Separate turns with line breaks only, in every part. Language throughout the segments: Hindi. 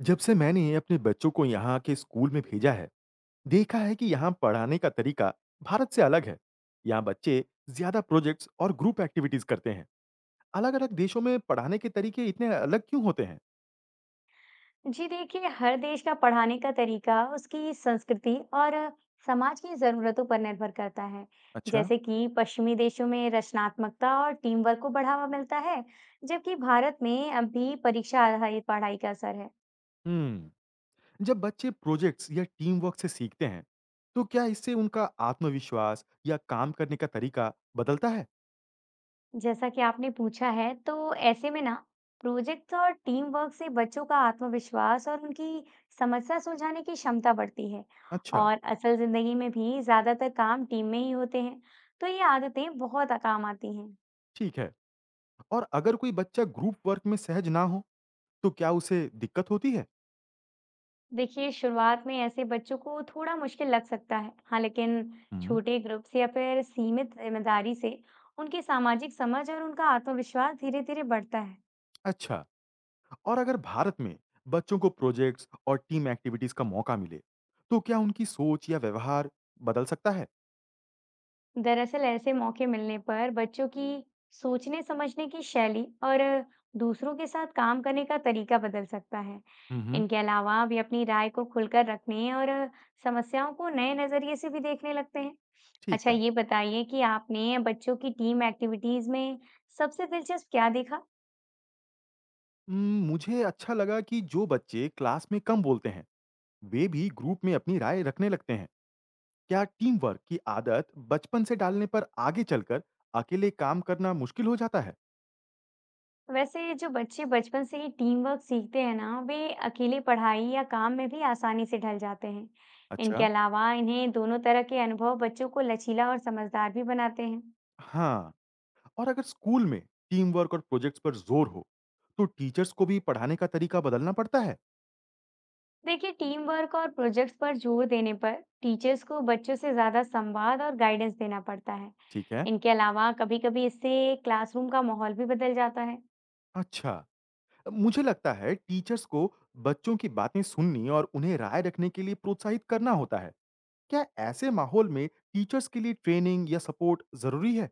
जब से मैंने अपने बच्चों को यहाँ के स्कूल में भेजा है, देखा है कि यहाँ पढ़ाने का तरीका भारत से अलग है। यहाँ बच्चे ज्यादा प्रोजेक्ट्स और ग्रुप एक्टिविटीज करते हैं। अलग-अलग देशों में पढ़ाने के तरीके इतने अलग क्यों होते हैं?
जी देखिए, हर देश का पढ़ाने का तरीका उसकी संस्कृति और समाज की जरूरतों पर निर्भर करता है।
अच्छा।
जैसे कि पश्चिमी देशों में रचनात्मकता और टीम वर्क को बढ़ावा मिलता है, जबकि भारत में अब भी परीक्षा आधारित पढ़ाई का असर है।
हम्म, जब बच्चे प्रोजेक्ट्स या टीम वर्क से सीखते हैं, तो क्या इससे उनका आत्मविश्वास या काम करने का तरीका बदलता है?
जैसा कि आपने पूछा है, तो ऐसे में ना, प्रोजेक्ट्स और टीम वर्क से बच्चों का आत्मविश्वास और उनकी समस्या सुलझाने की क्षमता बढ़ती है।
अच्छा।
और असल जिंदगी में भी ज्यादातर काम टीम में ही होते हैं, तो ये आदतें बहुत काम आती हैं।
ठीक है। और अगर कोई बच्चा ग्रुप वर्क में सहज ना हो, तो क्या उसे दिक्कत होती है?
देखिए, शुरुआत में ऐसे बच्चों को थोड़ा मुश्किल लग सकता है, हाँ, लेकिन
हम्म।
छोटे ग्रुप से या फिर सीमित जिम्मेदारी से उनकी सामाजिक समझ और उनका आत्मविश्वास धीरे धीरे बढ़ता है।
अच्छा। और अगर भारत में बच्चों को प्रोजेक्ट्स और टीम एक्टिविटीज का मौका मिले तो क्या उनकी सोच या व्यवहार बदल सकता है?
दरअसल, ऐसे मौके मिलने पर बच्चों की सोचने समझने की शैली और दूसरों के साथ काम करने का तरीका बदल सकता है।
हम्म।
इनके अलावा वे अपनी राय को खुलकर रखने और समस्याओं को नए नजरिए से भी देखने लगते हैं।
ठीक
अच्छा,
है।
ये बताइए कि आपने बच्चों की टीम एक्टिविटीज में सबसे दिलचस्प क्या देखा?
मुझे अच्छा लगा कि जो बच्चे क्लास में कम बोलते हैं वे भी ग्रुप में अपनी राय रखने लगते हैं। क्या टीम वर्क की आदत बचपन से डालने पर आगे चलकर अकेले काम करना मुश्किल हो जाता है?
वैसे, जो बच्चे बचपन से ही टीम वर्क सीखते हैं ना, वे अकेले पढ़ाई या काम में भी आसानी से ढल जाते हैं। इनके
अच्छा।
अलावा इन्हें दोनों तरह के अनुभव बच्चों को लचीला और समझदार भी बनाते हैं।
हाँ। और अगर स्कूल में टीम वर्क और प्रोजेक्ट्स पर जोर हो तो टीचर्स को भी पढ़ाने का तरीका बदलना पड़ता है।
देखिए, टीम वर्क और प्रोजेक्ट्स पर जोर देने पर टीचर्स को बच्चों से ज्यादा संवाद और गाइडेंस देना पड़ता है।
ठीक है।
इनके अलावा कभी-कभी इससे क्लासरूम का माहौल भी बदल जाता है।
अच्छा। मुझे लगता है टीचर्स को बच्चों की बातें सुननी और उन्हें राय रखने के लिए प्रोत्साहित करना होता है। क्या ऐसे माहौल में टीचर्स के लिए ट्रेनिंग या सपोर्ट जरूरी है?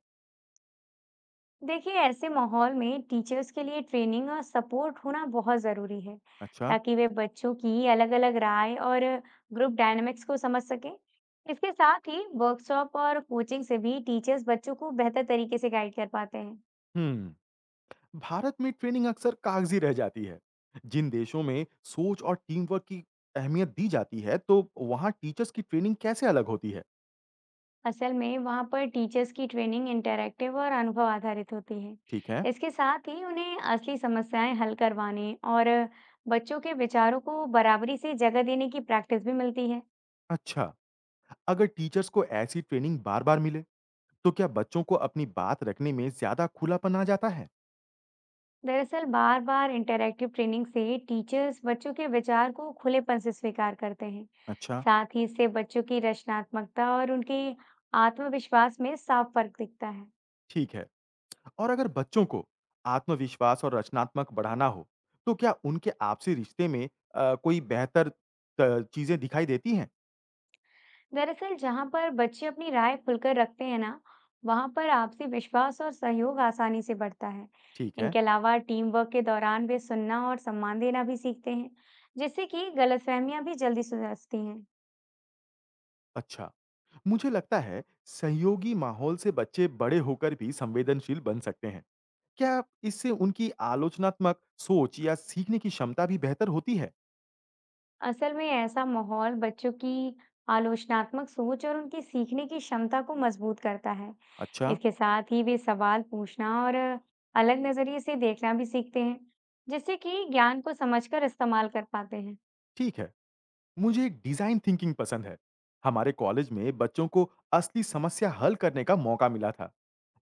देखिए, ऐसे माहौल में टीचर्स के लिए ट्रेनिंग और सपोर्ट होना बहुत ज़रूरी है,
अच्छा।
ताकि वे बच्चों की अलग-अलग राय और ग्रुप डायनामिक्स को समझ सकें। इसके साथ ही वर्कशॉप और कोचिंग से भी टीचर्स बच्चों को बेहतर तरीके से गाइड कर पाते हैं।
हम्म। भारत में ट्रेनिंग अक्सर कागजी रह जाती है। जिन देशों में सोच और टीम वर्क की अहमियत दी जाती है तो वहाँ टीचर्स की ट्रेनिंग कैसे अलग होती है?
असल में वहाँ पर टीचर्स की ट्रेनिंग इंटरैक्टिव और अनुभव आधारित होती है।
ठीक है।
इसके साथ ही उन्हें असली समस्याएं हल करवाने और बच्चों के विचारों को बराबरी से जगह देने की प्रैक्टिस भी मिलती है।
अच्छा। अगर टीचर्स को ऐसी ट्रेनिंग बार बार मिले तो क्या बच्चों को अपनी बात रखने में ज्यादा खुलापन आ जाता है?
दरअसल, बार बार इंटरैक्टिव ट्रेनिंग से टीचर्स बच्चों के विचार को खुलेपन से स्वीकार करते हैं।
अच्छा।
साथ ही इससे बच्चों की रचनात्मकता और उनके आत्मविश्वास में साफ फर्क दिखता है।
ठीक है। और अगर बच्चों को आत्मविश्वास और रचनात्मक बढ़ाना हो, तो क्या उनके आपसी रिश्ते में कोई बेहतर त चीज़ें दिखाई देती हैं?
दरअसल, जहाँ पर बच्चे अपनी राय खुलकर रखते हैं ना, वहाँ पर आपसी विश्वास और सहयोग आसानी से बढ़ता है।
ठीक है।
इनके अलावा टीम वर्क के दौरान वे सुनना और सम्मान देना भी सीखते हैं, जिससे कि गलतफहमियां भी जल्दी सुधरती हैं।
अच्छा। मुझे लगता है सहयोगी माहौल से बच्चे बड़े होकर भी संवेदनशील बन सकते हैं। क्या इससे उनकी आलोचनात्मक सोच या सीखने की क्षमता भी बेहतर होती है?
असल में ऐसा माहौल बच्चों की आलोचनात्मक सोच और उनकी सीखने की क्षमता को मजबूत करता है।
अच्छा।
इसके साथ ही वे सवाल पूछना और अलग नजरिए से देखना भी सीखते हैं, जिससे कि ज्ञान को समझकर इस्तेमाल कर पाते हैं।
ठीक है। मुझे डिजाइन थिंकिंग पसंद है। हमारे कॉलेज में बच्चों को असली समस्या हल करने का मौका मिला था।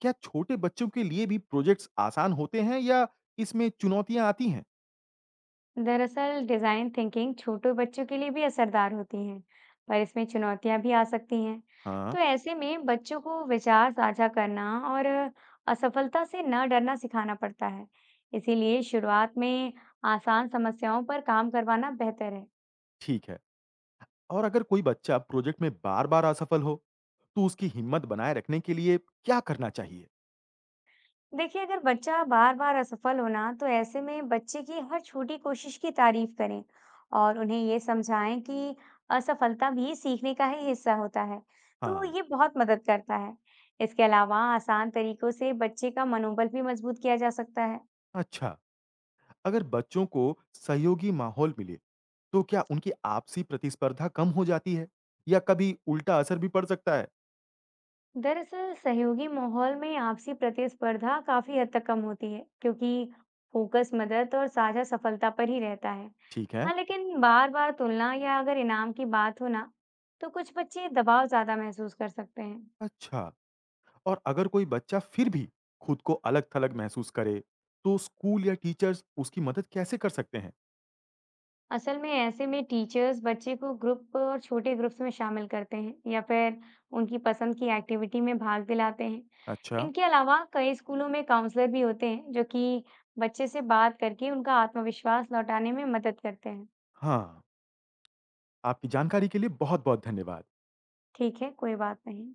क्या छोटे बच्चों के लिए भी प्रोजेक्ट्स आसान होते हैं या इसमें चुनौतियां आती हैं?
दरअसल, डिजाइन थिंकिंग छोटे बच्चों के लिए भी असरदार होती है, पर इसमें चुनौतियां भी आ सकती हैं।
हाँ।
तो ऐसे में बच्चों को विचार साझा करना और असफलता से न डरना सिखाना पड़ता है। इसीलिए शुरुआत में आसान समस्याओं पर काम करवाना बेहतर है।
ठीक है। और अगर कोई बच्चा प्रोजेक्ट में बार बार असफल हो तो उसकी हिम्मत बनाए रखने के लिए क्या करना चाहिए?
देखिए, अगर बच्चा बार बार असफल होना, तो ऐसे में बच्चे की हर छोटी कोशिश की तारीफ करें और उन्हें ये समझाएं कि असफलता भी सीखने का ही हिस्सा होता है। तो
हाँ।
ये बहुत मदद करता है। इसके अलावा आसान तरीकों से बच्चे का मनोबल भी मजबूत किया जा सकता है।
अच्छा। अगर बच्चों को सहयोगी माहौल मिले तो क्या उनकी आपसी प्रतिस्पर्धा कम हो जाती है या कभी उल्टा असर भी पड़ सकता है?
दरअसल, सहयोगी माहौल में आपसी प्रतिस्पर्धा काफी हद तक कम होती है, क्योंकि फोकस मदद और साझा सफलता पर ही रहता है।
ठीक है।
हाँ लेकिन बार बार तुलना या अगर इनाम की बात हो ना, तो कुछ बच्चे दबाव ज्यादा महसूस कर सकते हैं।
अच्छा। और अगर कोई बच्चा फिर भी खुद को अलग-थलग महसूस करे, तो स्कूल या टीचर्स उसकी मदद कैसे कर सकते हैं?
असल में ऐसे में टीचर्स बच्चे को ग्रुप और छोटे ग्रुप्स में शामिल करते हैं, या फिर उनकी पसंद की एक्टिविटी में भाग दिलाते हैं।
अच्छा।
इनके अलावा कई स्कूलों में काउंसलर भी होते हैं, जो कि बच्चे से बात करके उनका आत्मविश्वास लौटाने में मदद करते हैं।
हाँ। आपकी जानकारी के लिए बहुत-बहुत धन्यवाद।
ठीक है, कोई बात नहीं।